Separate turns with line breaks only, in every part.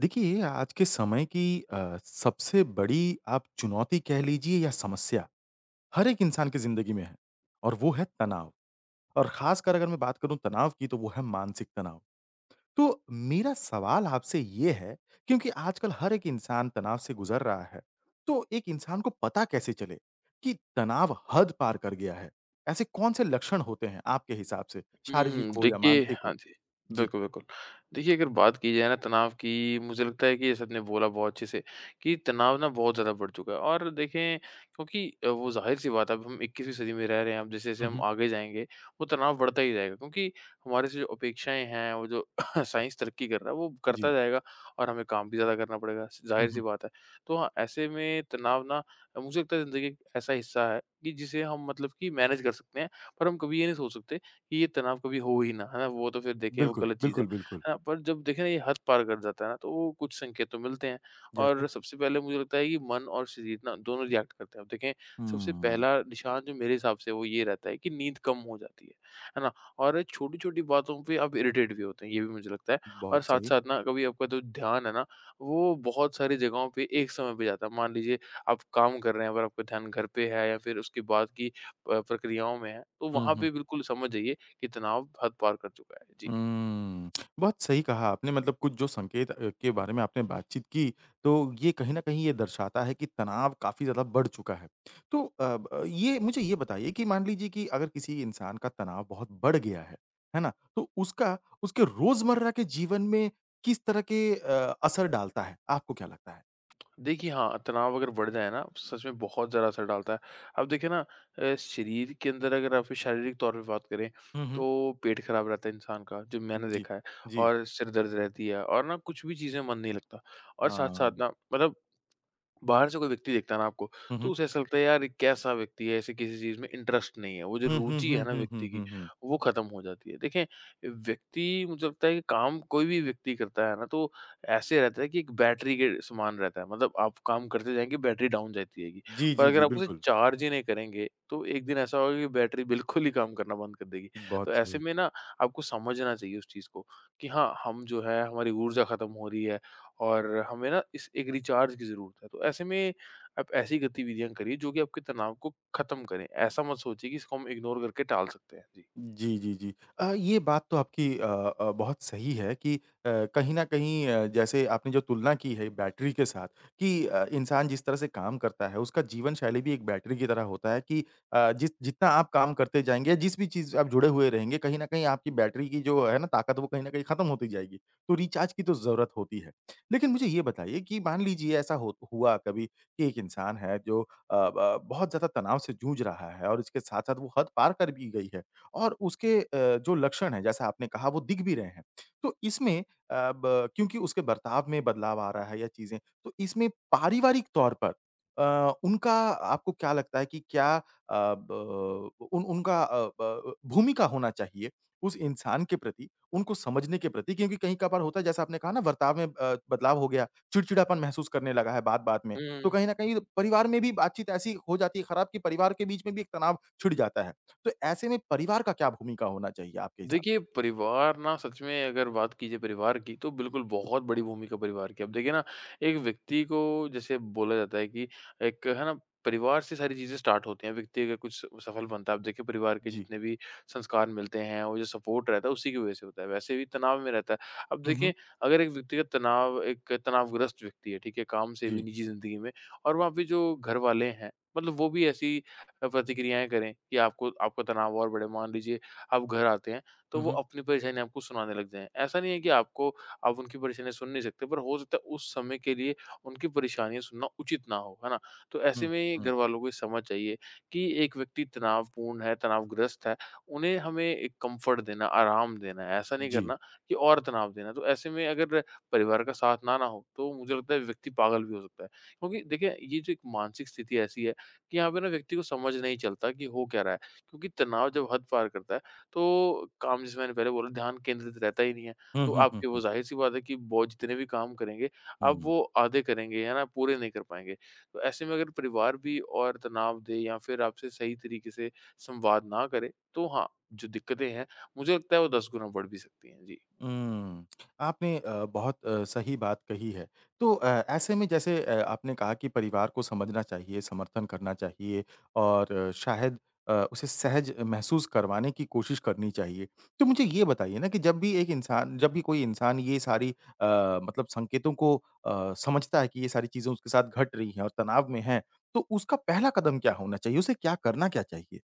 देखिए, आज के समय की सबसे बड़ी आप चुनौती कह लीजिए या समस्या, हर एक इंसान की ज़िंदगी में है और वो है तनाव और ख़ासकर अगर मैं बात करूँ तनाव की तो वो है मानसिक तनाव। तो मेरा सवाल आपसे ये है क्योंकि आजकल हर एक इंसान तनाव से गुज़र रहा है, तो एक इंसान को पता कैसे चले कि तनाव हद पार कर गया है? ऐसे कौन-से लक्षण होते हैं आपके हिसाब से,
हुँ, हुँ।
शारीरिक हो या
देखिए
मानसिक
हाँ
हो?
जी।
जी।
बिल्कुल, बिल्कुल। देखिए अगर बात की जाए ना तनाव की मुझे लगता है कि जैसे आपने बोला बहुत अच्छे से कि तनाव ना बहुत ज़्यादा बढ़ चुका है और देखें क्योंकि वो ज़ाहिर-सी बात है अब हम 21वीं सदी में रह रहे हैं, अब जैसे-जैसे
हुँ,
हम
हुँ।
आगे जाएँगे वो तनाव बढ़ता ही जाएगा क्योंकि हमारे से जो अपेक्षाएँ हैं, वो जो साइंस तरक्की कर रहा है वो करता
जी।
जाएगा और हमें काम भी ज़्यादा करना पड़ेगा,
हुँ,
ज़ाहिर-सी
हुँ।
बात है। तो हाँ, ऐसे में तनाव ना मुझे लगता है ज़िंदगी का एक ऐसा हिस्सा है कि जिसे हम मतलब कि मैनेज कर सकते हैं, पर हम कभी ये नहीं सोच सकते कि ये तनाव कभी हो ही ना, है ना? वो तो फिर देखें वो
बिल्कुल,
गलत चीज़
बिल्कुल, बिल्कुल।
है ना? पर जब देखें ना ये हद पार कर जाता है ना, तो वो कुछ संकेत तो मिलते हैं और
जैसे?
सबसे पहले मुझे लगता है कि मन और शरीर ना दोनों रिएक्ट करते हैं। अब देखें सबसे
हुँ,
पहला निशान जो मेरे हिसाब से वो ये रहता है कि नींद कम हो जाती है ना? और छोटी-छोटी बातों पे आप इरिटेट भी होते हैं, ये भी मुझे लगता है और
बहुत सही।
साथ-साथ ना कभी आपका जो ध्यान है ना, वो बहुत सारी जगहों पे एक समय पे जाता है। मान लीजिए आप काम कर रहे हैं पर आपका ध्यान घर पे है या फिर उसके बाद की प्रक्रियाओं में है, तो
हुँ,
वहाँ
हुँ।
पे बिल्कुल समझ जाइए कि तनाव हद पार कर चुका है? जी।
हुँ, बहुत सही कहा आपने मतलब कुछ जो संकेत के बारे में आपने बातचीत की, तो ये कहीं न कहीं ये दर्शाता है कि तनाव काफ़ी ज़्यादा बढ़ चुका है। तो अ, ब ये मुझे ये बताइए कि मान लीजिए कि अगर किसी इंसान का तनाव बहुत बढ़ गया है ना? तो उसका उसके रोज़मर्रा के जीवन में किस तरह के असर डालता है? आपको क्या लगता है?
देखिए हाँ, तनाव अगर बढ़ जाए ना सच में बहुत ज़्यादा असर डालता है। अब देखिए ना शरीर के अंदर अगर आप शारीरिक तौर पे बात करें
हुँ, हुँ।
तो पेट खराब रहता है इंसान का, जो मैंने
जी,
देखा है
जी।
और सिर दर्द रहती है और ना कुछ भी चीज़ें मन नहीं लगता और साथ-साथ
हाँ।
ना मतलब बाहर से कोई व्यक्ति देखता है ना आपको,
हुँ,
तो
हुँ।
उसे ऐसा लगता है यार ये कैसा व्यक्ति है, इसे किसी चीज़ में इंटरेस्ट नहीं है, वो जो
हुँ, हुँ,
रुचि है
हुँ,
ना
हुँ,
व्यक्ति
हुँ,
की,
हुँ, हुँ।
वो ख़त्म हो जाती है। देखें, व्यक्ति मुझे लगता है कि काम कोई भी व्यक्ति करता है ना तो ऐसे रहता है कि एक बैटरी के समान रहता है, मतलब आप काम करते जाएँगे बैटरी डाउन जाती रहेगी।
जी,
पर
जी,
अगर
जी,
आप उसे
बिल्कुल।
चार्ज ही नहीं करेंगे, तो एक दिन ऐसा होगा कि बैटरी बिल्कुल ही काम करना बंद कर देगी। तो
बहुत
ऐसे
सही।
में ना आपको समझना चाहिए उस चीज़ को कि हाँ, हम जो है हमारी ऊर्जा ख़त्म हो रही है। और हमें ना इस एक रिचार्ज की ज़रूरत है। तो ऐसे में आप ऐसी गतिविधियाँ करिए जो कि आपके तनाव को ख़त्म करें। ऐसा मत सोचिए कि इसको हम इग्नोर करके टाल सकते हैं। जी।
जी, जी, जी। ये बात तो आपकी बहुत सही है कि कहीं न कहीं जैसे आपने जो तुलना की है बैटरी के साथ कि इंसान जिस तरह से काम करता है, उसका जीवन शैली भी एक बैटरी की तरह होता है कि जिस जितना आप काम करते जाएँगे, जिस भी चीज़ आप जुड़े हुए रहेंगे, कहीं न कहीं आपकी बैटरी की जो है ना ताकत, वो कहीं न कहीं खत्म होती जाएगी। तो रिचार्ज की तो ज़रूरत होती है। लेकिन मुझे ये बताइए कि मान लीजिए ऐसा हो हुआ कभी कि एक इंसान है जो अ, ब बहुत ज़्यादा तनाव से जूझ रहा है और इसके साथ-साथ वो हद पार कर भी गई है। और उसके जो लक्षण हैं जैसा आपने कहा वो दिख भी रहे हैं। तो इसमें अ, ब क्योंकि उसके बर्ताव में बदलाव आ रहा है या चीज़ें, तो इसमें पारिवारिक तौर पर उनका आपको क्या लगता है कि क्या अ, ब उन उनका अ, ब भूमिका होना चाहिए उस इंसान के प्रति, उनको समझने के प्रति? क्योंकि कहीं-कभार होता है जैसा आपने कहा ना बर्ताव में बदलाव हो गया, चिड़चिड़ापन महसूस करने लगा है बात-बात में।
हुँ, हुँ,
तो
हुँ।
कहीं न कहीं परिवार में भी बातचीत ऐसी हो जाती है खराब कि परिवार के बीच में भी एक तनाव छिड़ जाता है। तो ऐसे में परिवार का क्या भूमिका होना चाहिए आपके हिसाब
देखिए,
से?
परिवार ना सच में अगर बात की जाए परिवार की तो बिल्कुल बहुत बड़ी भूमिका परिवार की है। अब देखिए ना एक व्यक्ति को जैसे बोला जाता है कि एक है ना परिवार से सारी चीज़ें स्टार्ट होती हैं। व्यक्ति अगर कुछ सफल बनता है, आप देखिए परिवार के
जी।
जितने भी संस्कार मिलते हैं और जो सपोर्ट रहता है उसी की वज़ह से होता है। वैसे भी तनाव में रहता है। अब
हुँ, हुँ।
देखिए अगर एक व्यक्ति का तनाव एक तनावग्रस्त व्यक्ति है, ठीक है? काम से भी
जी।
निजी ज़िंदगी में और वहाँ पे जो घरवाले हैं मतलब वो भी ऐसी प्रतिक्रियाएँ करें कि आपको आपका तनाव और बढ़े। मान लीजिए आप घर आते हैं तो
हुँ,
वो
हुँ।
अपनी परेशानी आपको सुनाने लग जाएँ। ऐसा नहीं है कि आपको आप उनकी परेशानियाँ सुन नहीं सकते, पर हो सकता है उस समय के लिए उनकी परेशानियाँ सुनना उचित ना हो, है ना? तो
हुँ,
ऐसे में
हुँ।
घर
हुँ।
वालों को ये समझ चाहिए कि एक व्यक्ति तनावपूर्ण है, तनावग्रस्त है, उन्हें हमें एक कम्फ़र्ट देना, आराम देना है, ऐसा नहीं
जी।
करना कि और तनाव देना। तो ऐसे में अगर परिवार का साथ ना ना हो, तो मुझे लगता है व्यक्ति पागल भी हो सकता है। क्योंकि देखिए, ये जो एक मानसिक स्थिति ऐसी है कि यहाँ पे ना व्यक्ति को समझ नहीं चलता कि हो क्या रहा है, क्योंकि तनाव जब हद पार करता है तो काम जैसे मैंने पहले बोला ध्यान केंद्रित रहता ही नहीं है।
हुँ,
तो
हुँ, हुँ,
आपके वो
हुँ,
ज़ाहिर-सी बात है कि बहुत जितने भी काम करेंगे, आप
हुँ।
वो आधे करेंगे, है ना? पूरे नहीं कर पाएँगे। तो ऐसे में अगर परिवार भी और तनाव दे या फिर आपसे सही तरीके से संवाद ना करे, तो हाँ, जो दिक्कतें हैं, मुझे लगता है वो 10 गुना बढ़ भी सकती हैं। जी।
हुँ। आपने बहुत सही बात कही है। तो ऐसे में जैसे आपने कहा कि परिवार को समझना चाहिए, समर्थन करना चाहिए और शायद उसे सहज महसूस करवाने की कोशिश करनी चाहिए। तो मुझे ये बताइए ना कि जब भी कोई इंसान ये सारी मतलब संकेतों को समझता है कि ये सारी चीज़ें उसके साथ घट रही हैं और तनाव में है, तो उसका पहला कदम क्या होना चाहिए? उसे क्या करना क्या चाहिए?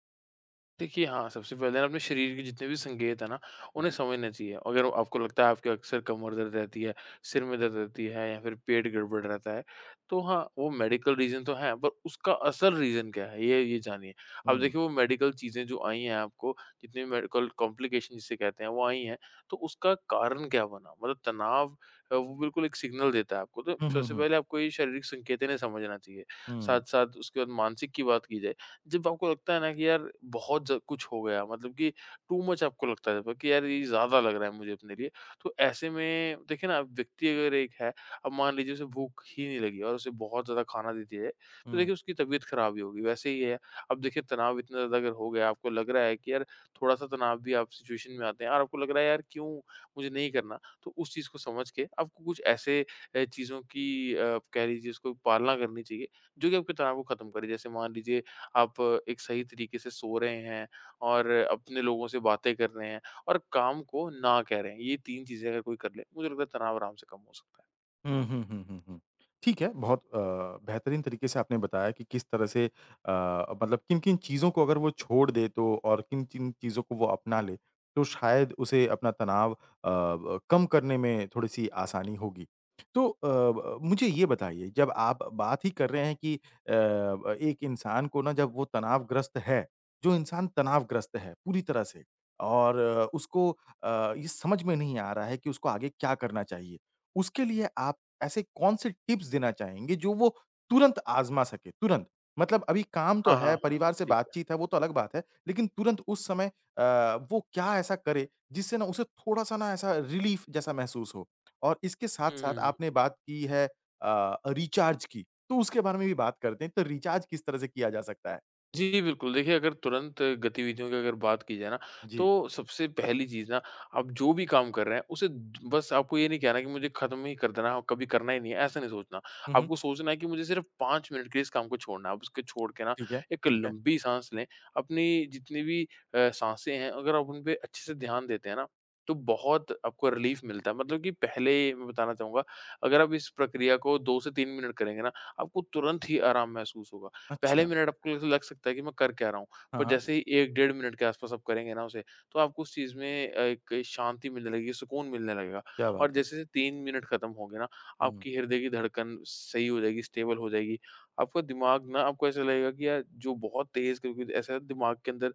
देखिए, हाँ, सबसे पहले ना अपने शरीर के जितने भी संकेत हैं ना,
हुँ।
उन्हें समझना चाहिए। अगर आपको लगता है आपके अक्सर कमर दर्द रहती है, सिर में दर्द रहती है या फिर पेट गड़बड़ रहता है, तो हाँ, वो मेडिकल रीज़न तो है, पर उसका असल रीज़न क्या है, ये जानिए। अब
हुँ।
देखिए वो मेडिकल चीज़ें जो आई हैं आपको, जितनी मेडिकल कॉम्प्लिकेशन जिसे कहते हैं, वो आई हैं, तो उसका कारण क्या बना? मतलब तनाव वो बिल्कुल एक सिग्नल देता है आपको, तो
हुँ, हुँ,
सबसे
हुँ।
पहले आपको ये शारीरिक संकेत इन्हें समझना चाहिए।
हुँ।
साथ-साथ उसके बाद मानसिक की बात की जाए जब आपको लगता है ना कि यार बहुत ज कुछ हो गया मतलब कि टू मच आपको लगता है जब कि यार ये ज़्यादा लग रहा है मुझे अपने लिए, तो ऐसे में देखिए ना अब व्यक्ति अगर एक है, अब मान लीजिए उसे भूख ही नहीं लगी और उसे बहुत ज़्यादा खाना दे दिया जाए, तो
हुँ।
देखिए उसकी तबीयत खराब ही होगी। वैसे ही है, अब देखिए तनाव इतना ज़्यादा अगर हो गया, आपको लग रहा है कि यार थोड़ा-सा तनाव भी आप सिचुएशन में आते हैं और आपको लग रहा है यार क्यों मुझे नहीं करना, तो उस चीज़ को समझ के आपको कुछ ऐसे चीज़ों की आप कह लीजिए उसको पालना करनी चाहिए, जो कि आपके तनाव को खत्म करे। जैसे मान लीजिए आप एक सही तरीके से सो रहे हैं और अपने लोगों से बातें कर रहे हैं और काम को ना कह रहे हैं। ये 3 चीज़ें अगर कोई कर ले, मुझे लगता है तनाव आराम से कम हो सकता है।
हुँ, हुँ, हुँ, हुँ, हुँ। ठीक है, बहुत बेहतरीन तरीके से आपने बताया कि किस तरह से मतलब किन-किन चीज़ों को अगर वो छोड़ दे तो और किन-किन चीज़ों को वो अपना ले, तो शायद उसे अपना तनाव अ, ब कम करने में थोड़ी-सी आसानी होगी। तो अ, ब मुझे ये बताइए जब आप बात ही कर रहे हैं कि अ, ब एक इंसान को ना जब वो तनावग्रस्त है, जो इंसान तनावग्रस्त है पूरी तरह से और उसको ये समझ में नहीं आ रहा है कि उसको आगे क्या करना चाहिए? उसके लिए आप ऐसे कौन से टिप्स देना चाहेंगे जो वो तुरंत आज़मा सके? तुरंत। मतलब अभी काम तो
हाँ, हाँ,
है,
हाँ।
परिवार से
ठीक है।
बातचीत है, वो तो अलग बात है, लेकिन तुरंत उस समय वो क्या ऐसा करे जिससे ना उसे थोड़ा-सा ना ऐसा रिलीफ़ जैसा महसूस हो? और इसके
हुँ,
साथ-साथ
हुँ, हुँ।
आपने बात की है रिचार्ज की, तो उसके बारे में भी बात करते हैं। तो रिचार्ज किस तरह से किया जा सकता है?
जी, बिल्कुल। देखिए, अगर तुरंत गतिविधियों की अगर बात की जाए ना,
जी।
तो सबसे पहली चीज़ ना, आप जो भी काम कर रहे हैं, उसे द बस आपको ये नहीं कहना कि मुझे खत्म ही कर देना है और कभी करना ही नहीं है, ऐसा नहीं सोचना।
हुँ, हुँ।
आपको सोचना है कि मुझे सिर्फ़ 5 मिनट के लिए इस काम को छोड़ना है। आप उसको छोड़ के ना,
ठीक है,
एक
ठीक है।
लंबी साँस लें। अपनी जितनी भी साँसें हैं, अगर आप उन पे अच्छे से ध्यान देते हैं ना, तो बहुत आपको रिलीफ़ मिलता है। मतलब कि पहले मैं बताना चाहूँगा, अगर आप इस प्रक्रिया को 2 से 3 मिनट करेंगे ना, आपको तुरंत ही आराम महसूस होगा। पहले
अच्छा।
मिनट आपको लग लग सकता है कि मैं कर क्या रहा हूँ,
हाँ,
पर
हाँ।
जैसे ही 1 डेढ़ मिनट के आस-पास आप करेंगे ना उसे, तो आपको उस चीज़ में एक शांति मिलने लगेगी, सुकून मिलने लगेगा
क्या बात
और
है।
जैसे-जैसे 3 मिनट खत्म होंगे ना,
हुँ।
आपकी हृदय की धड़कन सही हो जाएगी, स्टेबल हो जाएगी। आपका दिमाग ना आपको ऐसा लगेगा कि यार जो बहुत तेज़ क्योंकि ऐसा दिमाग के अंदर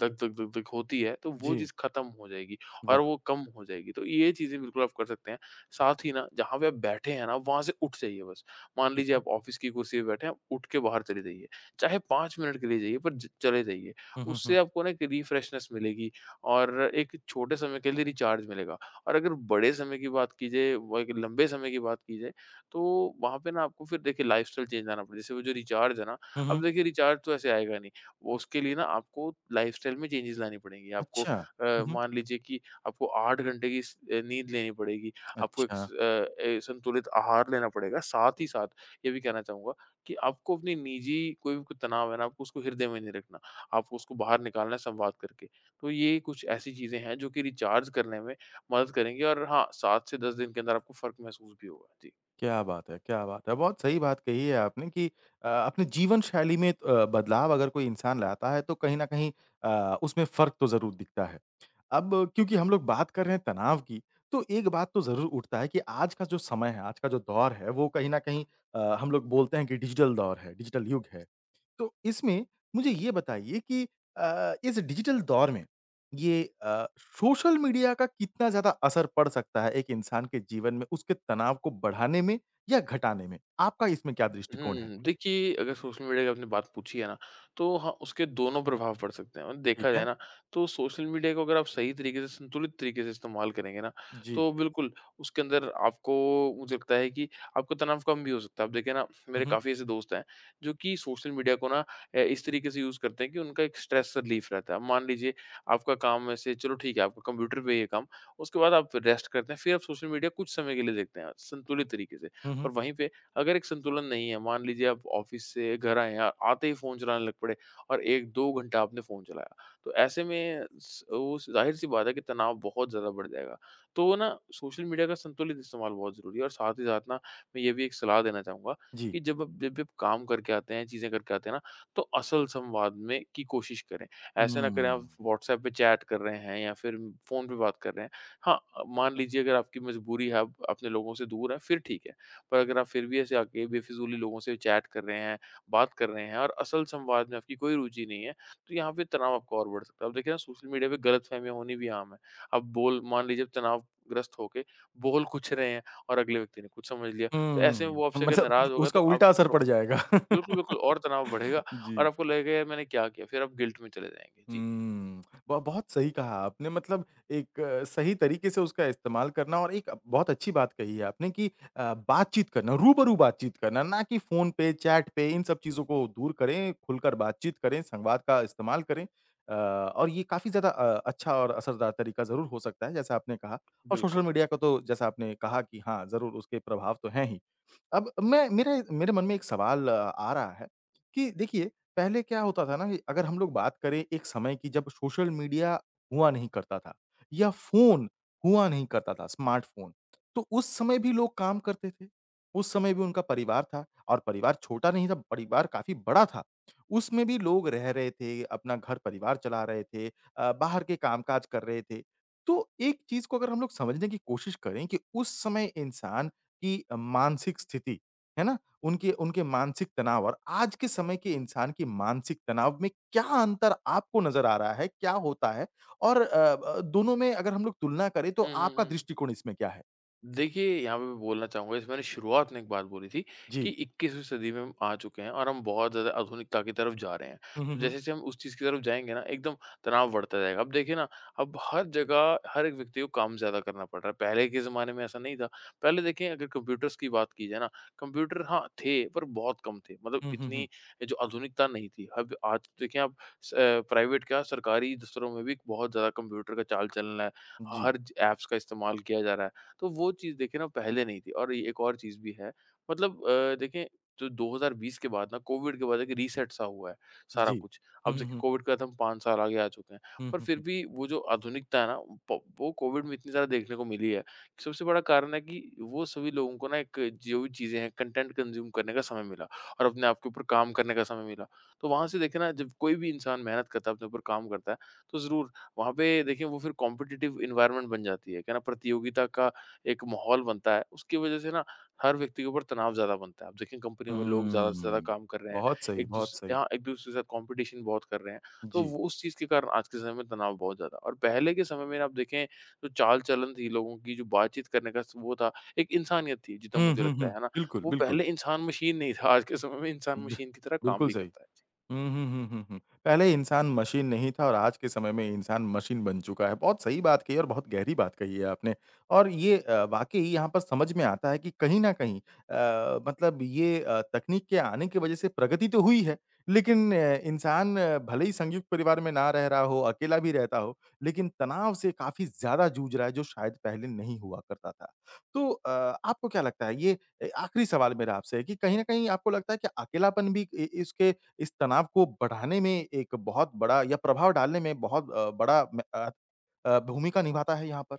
धक, धक, धक, धक होती है, तो वो
जी।
चीज़ खत्म हो जाएगी और
वाह!
वो कम हो जाएगी। तो ये चीज़ें बिल्कुल आप कर सकते हैं। साथ ही ना जहाँ पे आप बैठे हैं ना, वहाँ से उठ जाइए बस। मान
ठीक
लीजिए
है।
आप ऑफ़िस की कुर्सी पे बैठे हैं, आप उठ के बाहर चले जाइए। चाहे 5 मिनट के लिए जाइए पर ज चले जाइए।
हुँ, हुँ,
उससे
हुँ।
आपको ना एक रिफ्रेशनेस मिलेगी और एक छोटे समय के लिए रिचार्ज मिलेगा। और अगर बड़े समय की बात की जाए व एक लंबे समय की बात की जाए तो वहाँ पे ना आपको फिर देखिए लाइफ़स्टाइल चेंज आना पड़े जैसे वो जो रिचार्ज है ना,
हुँ,
अब
हुँ।
देखिए रिचार्ज तो ऐसे आएगा नहीं। वो उसके लिए ना आपको लाइफ़स्टाइल में चेंजेज़ लानी पड़ेंगी। आपको
अच्छा। हुँ, हुँ।
मान लीजिए कि आपको 8 घंटे की नींद लेनी पड़ेगी। आपको एक स
अच्छा,
अ, ए संतुलित आहार लेना पड़ेगा। साथ ही साथ ये भी कहना चाहूँगा कि आपको अपनी निजी कोई भी तनाव है ना, आपको उसको हृदय में नहीं रखना। आपको उसको बाहर निकालना है संवाद करके। तो ये कुछ ऐसी चीज़ें हैं जो कि रिचार्ज करने में मदद करेंगी और हाँ, 7 से 10 दिन के अंदर आपको फ़र्क महसूस भी होगा। जी।
क्या बात है, क्या बात है! बहुत सही बात कही है आपने कि अपने जीवन शैली में तो बदलाव अगर कोई इंसान लाता है तो कहीं न कहीं उसमें फ़र्क तो ज़रूर दिखता है। अब क्योंकि हम लोग बात कर रहे हैं तनाव की, तो एक बात तो ज़रूर उठता है कि आज का जो समय है, आज का जो दौर है, वो कहीं न कहीं हम लोग बोलते हैं कि डिजिटल दौर है, डिजिटल युग है। तो इसमें मुझे ये बताइए कि इस डिजिटल दौर में ये सोशल मीडिया का कितना ज़्यादा असर पड़ सकता है एक इंसान के जीवन में, उसके तनाव को बढ़ाने में या घटाने में? आपका इसमें क्या दृष्टिकोण है?
हुँ, देखिए अगर सोशल मीडिया की आपने बात पूछी है ना, तो हाँ, उसके दोनों प्रभाव पड़ सकते हैं और देखा
ठीक
जाए
है।
ना, तो सोशल मीडिया को अगर आप सही तरीके से, संतुलित तरीके से इस्तेमाल करेंगे ना,
जी।
तो बिल्कुल उसके अंदर आपको मुझे लगता है कि आपको तनाव कम भी हो सकता है। आप देखिए ना,
हुँ,
मेरे
हुँ।
काफ़ी ऐसे दोस्त हैं, जो कि सोशल मीडिया को ना इस तरीके से यूज़ करते हैं कि उनका एक स्ट्रेस रिलीफ़ रहता है। मान लीजिए आपका काम ऐसे, चलो ठीक है, आपका कंप्यूटर पे ये काम, उसके बाद आप रेस्ट करते हैं, फिर आप सोशल मीडिया कुछ समय के लिए देखते हैं, संतुलित तरीके से।
हुँ,
पर
हुँ।
वहीं पे अगर एक संतुलन नहीं है, मान लीजिए आप ऑफिस से घर आए हैं, आते ही फ़ोन चलाने लग पड़े और 1-2 घंटा आपने फ़ोन चलाया, तो ऐसे में स वो ज़ाहिर-सी बात है कि तनाव बहुत ज़्यादा बढ़ जाएगा। तो वो ना, सोशल मीडिया का संतुलित इस्तेमाल बहुत ज़रूरी है और साथ ही साथ ना मैं ये भी एक सलाह देना चाहूँगा
जी।
कि जब भी आप काम करके आते हैं, चीज़ें करके आते हैं ना, तो असल संवाद में की कोशिश करें। ऐसा ना करें आप
हुँ।
व्हाट्सऐप पे चैट कर रहे हैं या फिर फ़ोन पे बात कर रहे हैं। हाँ, मान लीजिए अगर आपकी मजबूरी है, आप अपने लोगों से दूर हैं, फिर ठीक है। पर अगर आप फिर भी ऐसे आके बेफिज़ूली लोगों से चैट कर रहे हैं, बात कर रहे हैं और असल संवाद में आपकी कोई रुचि नहीं है, तो यहाँ पे तनाव आपका और बढ़ सकता है। अब देखिए ना, सोशल मीडिया पे गलतफ़हमियाँ होनी भी आम है। अब बोल मान लीजिए आप तनावग्रस्त होके बोल कुछ रहे हैं और अगले व्यक्ति ने कुछ समझ लिया, तो ऐसे में
हुँ।
वो आपसे अगर
मतलब
नाराज़ होगा तो
उसका उल्टा
आपको
असर
प्रो।
पड़ जाएगा।
बिल्कुल, बिल्कुल। और तनाव बढ़ेगा और
जी।
आपको लगेगा यार मैंने क्या किया? फिर आप गिल्ट में चले जाएँगे। जी।
हुँ। ब बहुत सही कहा आपने मतलब एक सही तरीके से उसका इस्तेमाल करना और एक बहुत अच्छी बात कही है आपने कि बातचीत करना, रूबरू बातचीत करना, ना कि फ़ोन पे, चैट पे इन सब चीज़ों को दूर करें, खुलकर बातचीत करें, संवाद का इस्तेमाल करें। और ये काफ़ी ज़्यादा अच्छा और असरदार तरीका ज़रूर हो सकता है जैसा आपने कहा और सोशल
बिल्कुल।
मीडिया का तो जैसा आपने कहा कि हाँ, ज़रूर उसके प्रभाव तो हैं ही। अब मैं मेरे मेरे मन में एक सवाल आ रहा है कि देखिए पहले क्या होता था ना कि अगर हम लोग बात करें एक समय की जब सोशल मीडिया हुआ नहीं करता था या फ़ोन हुआ नहीं करता था स्मार्टफ़ोन, तो उस समय भी लोग काम करते थे। उस समय भी उनका परिवार था और परिवार छोटा नहीं था, परिवार काफ़ी बड़ा था। उसमें भी लोग रह रहे थे, अपना घर-परिवार चला रहे थे बाहर के काम-काज कर रहे थे। तो एक चीज़ को अगर हम लोग समझने की कोशिश करें कि उस समय इंसान की मानसिक स्थिति, है ना? उनके उनके मानसिक तनाव और आज के समय के इंसान की मानसिक तनाव में क्या अंतर आपको नज़र आ रहा है? क्या होता है? और दोनों में अगर हम लोग तुलना करें तो
हुँ, हुँ,
आपका
हुँ।
दृष्टिकोण इसमें क्या है?
देखिए, यहाँ पे मैं बोलना चाहूँगा, जैसे मैंने शुरुआत में एक बात बोली थी कि
जी।
21वीं सदी में हम आ चुके हैं और हम बहुत ज़्यादा आधुनिकता की तरफ जा रहे हैं।
हुँ, हुँ,
तो
हुँ।
जैसे-जैसे हम उस चीज़ की तरफ जाएँगे ना, एकदम तनाव बढ़ता जाएगा। अब देखिए ना, अब हर जगह हर एक व्यक्ति को काम ज़्यादा करना पड़ रहा है। पहले के ज़माने में ऐसा नहीं था। पहले देखें अगर कंप्यूटर्स की बात की जाए ना, कंप्यूटर हाँ, थे, पर बहुत कम थे। मतलब
हुँ, हुँ,
इतनी
हुँ।
जो आधुनिकता नहीं थी। अब आज तो देखें आप, स प्राइवेट क्या सरकारी दफ़्तरों में भी बहुत ज़्यादा कंप्यूटर का चाल-चलन है।
जी,
हर ज ऐप्स का इस्तेमाल किया जा रहा है। तो वो चीज़ देखिए ना, पहले नहीं थी। और ये एक और चीज़ भी है, मतलब देखें, जो 2020 के बाद ना, कोविड के बाद एक रीसेट सा हुआ है सारा
जी।
कुछ। अब
हुँ, हुँ,
देखिए
हुँ।
कोविड के बाद हम 5 साल आगे आ चुके हैं।
हुँ,
पर
हुँ,
फिर
हुँ।
भी वो जो आधुनिकता है ना, वो कोविड में इतनी ज़्यादा देखने को मिली है। सबसे बड़ा कारण है कि वो सभी लोगों को ना, एक, जो भी चीज़ें हैं, कंटेंट कंज्यूम करने का समय मिला और अपने आप के ऊपर काम करने का समय मिला। तो वहाँ से देखे ना, जब कोई भी इंसान मेहनत करता है, अपने ऊपर काम करता है, तो ज़रूर वहाँ पे देखिए वो फिर कॉम्पिटिटिव इन्वायरमेंट बन जाती है क्या ना, प्रतियोगिता का एक माहौल बनता है, उसकी वजह से ना, हर व्यक्ति के ऊपर तनाव ज़्यादा बनता है। आप देखें कंपनियों में लोग ज़्यादा से ज़्यादा
हम्म,
काम कर रहे हैं,
बहुत सही,
एक
बहुत
दूस
सही।
हाँ, एक-दूसरे के साथ कॉम्पिटिशन बहुत कर रहे हैं, तो
जी।
वो उस चीज़ के कारण आज के समय में तनाव बहुत ज़्यादा, और पहले के समय में आप देखें, जो चाल-चलन थी लोगों की, जो बातचीत करने का स वो था, एक इंसानियत थी, जितना
हुँ,
मुझे
हुँ,
लगता
हुँ।
है ना?
बिल्कुल,
वो
बिल्कुल।
पहले इंसान मशीन नहीं था, आज के समय में इंसान
ब-
मशीन की तरह काम
बिल्कुल
भी
सही।
करता है।
हुँ, हुँ, हुँ, हुँ, हुँ। पहले इंसान मशीन नहीं था और आज के समय में इंसान मशीन बन चुका है। बहुत सही बात कही है और बहुत गहरी बात कही है आपने। और ये वाक़ई यहाँ पर समझ में आता है कि कहीं न कहीं मतलब ये तकनीक के आने की वज़ह से प्रगति तो हुई है, लेकिन इंसान भले ही संयुक्त परिवार में ना रह रहा हो, अकेला भी रहता हो, लेकिन तनाव से काफ़ी ज़्यादा जूझ रहा है, जो शायद पहले नहीं हुआ करता था। तो आपको क्या लगता है ये आखिरी सवाल मेरा आपसे है कि कहीं न कहीं आपको लगता है कि अकेलापन भी इ इसके इस तनाव को बढ़ाने में एक बहुत बड़ा या प्रभाव डालने में बहुत बड़ा भूमिका निभाता है यहाँ पर।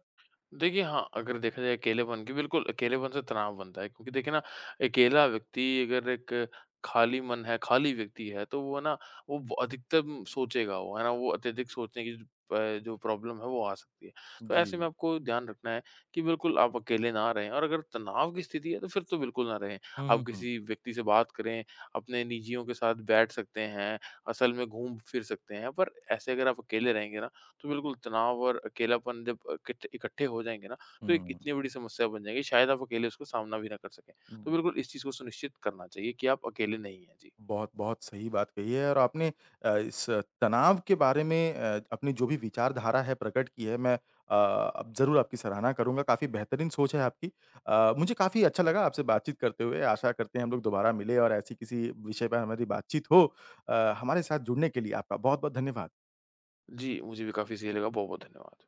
देखिए हाँ, अगर देखा जाए अकेलेपन की, बिल्कुल, अकेलेपन से तनाव बनता है क्योंकि देखिए ना, अकेला व्यक्ति, अगर एक खाली मन है, खाली व्यक्ति है, तो वो ना, वो ब अधिकतम सोचेगा वो, है ना? वो अत्यधिक सोचने की जो प्रॉब्लम है वो आ सकती है। तो
जी।
ऐसे में आपको ध्यान रखना है कि बिल्कुल आप अकेले ना रहें, और अगर तनाव की स्थिति है तो फिर तो बिल्कुल ना रहें। आप
हुँ, हुँ,
किसी व्यक्ति से बात करें, अपने निजियों के साथ बैठ सकते हैं, असल में घूम-फिर सकते हैं, पर ऐसे अगर आप अकेले रहेंगे ना, तो बिल्कुल तनाव और अकेलापन जब इकट्ठे हो जाएँगे ना, तो एक
हुँ,
इतनी बड़ी समस्या बन जाएगी, शायद आप अकेले उसको सामना भी ना कर सकें। तो
हुँ।
बिल्कुल इस चीज़ को सुनिश्चित करना चाहिए कि आप अकेले नहीं हैं। जी।
बहुत, बहुत सही बात कही है और आपने इस तनाव के बारे में अपनी जो भी विचारधारा है प्रकट की है, मैं अब ज़रूर आपकी सराहना करूँगा, काफ़ी बेहतरीन सोच है आपकी। मुझे काफ़ी अच्छा लगा आपसे बातचीत करते हुए, आशा करते हैं हम लोग दोबारा मिलें और ऐसी किसी विषय पर हमारी बातचीत हो। अ, हमारे साथ जुड़ने के लिए आपका बहुत-बहुत धन्यवाद।
जी, मुझे भी काफ़ी सही लगा। बहुत-बहुत धन्यवाद।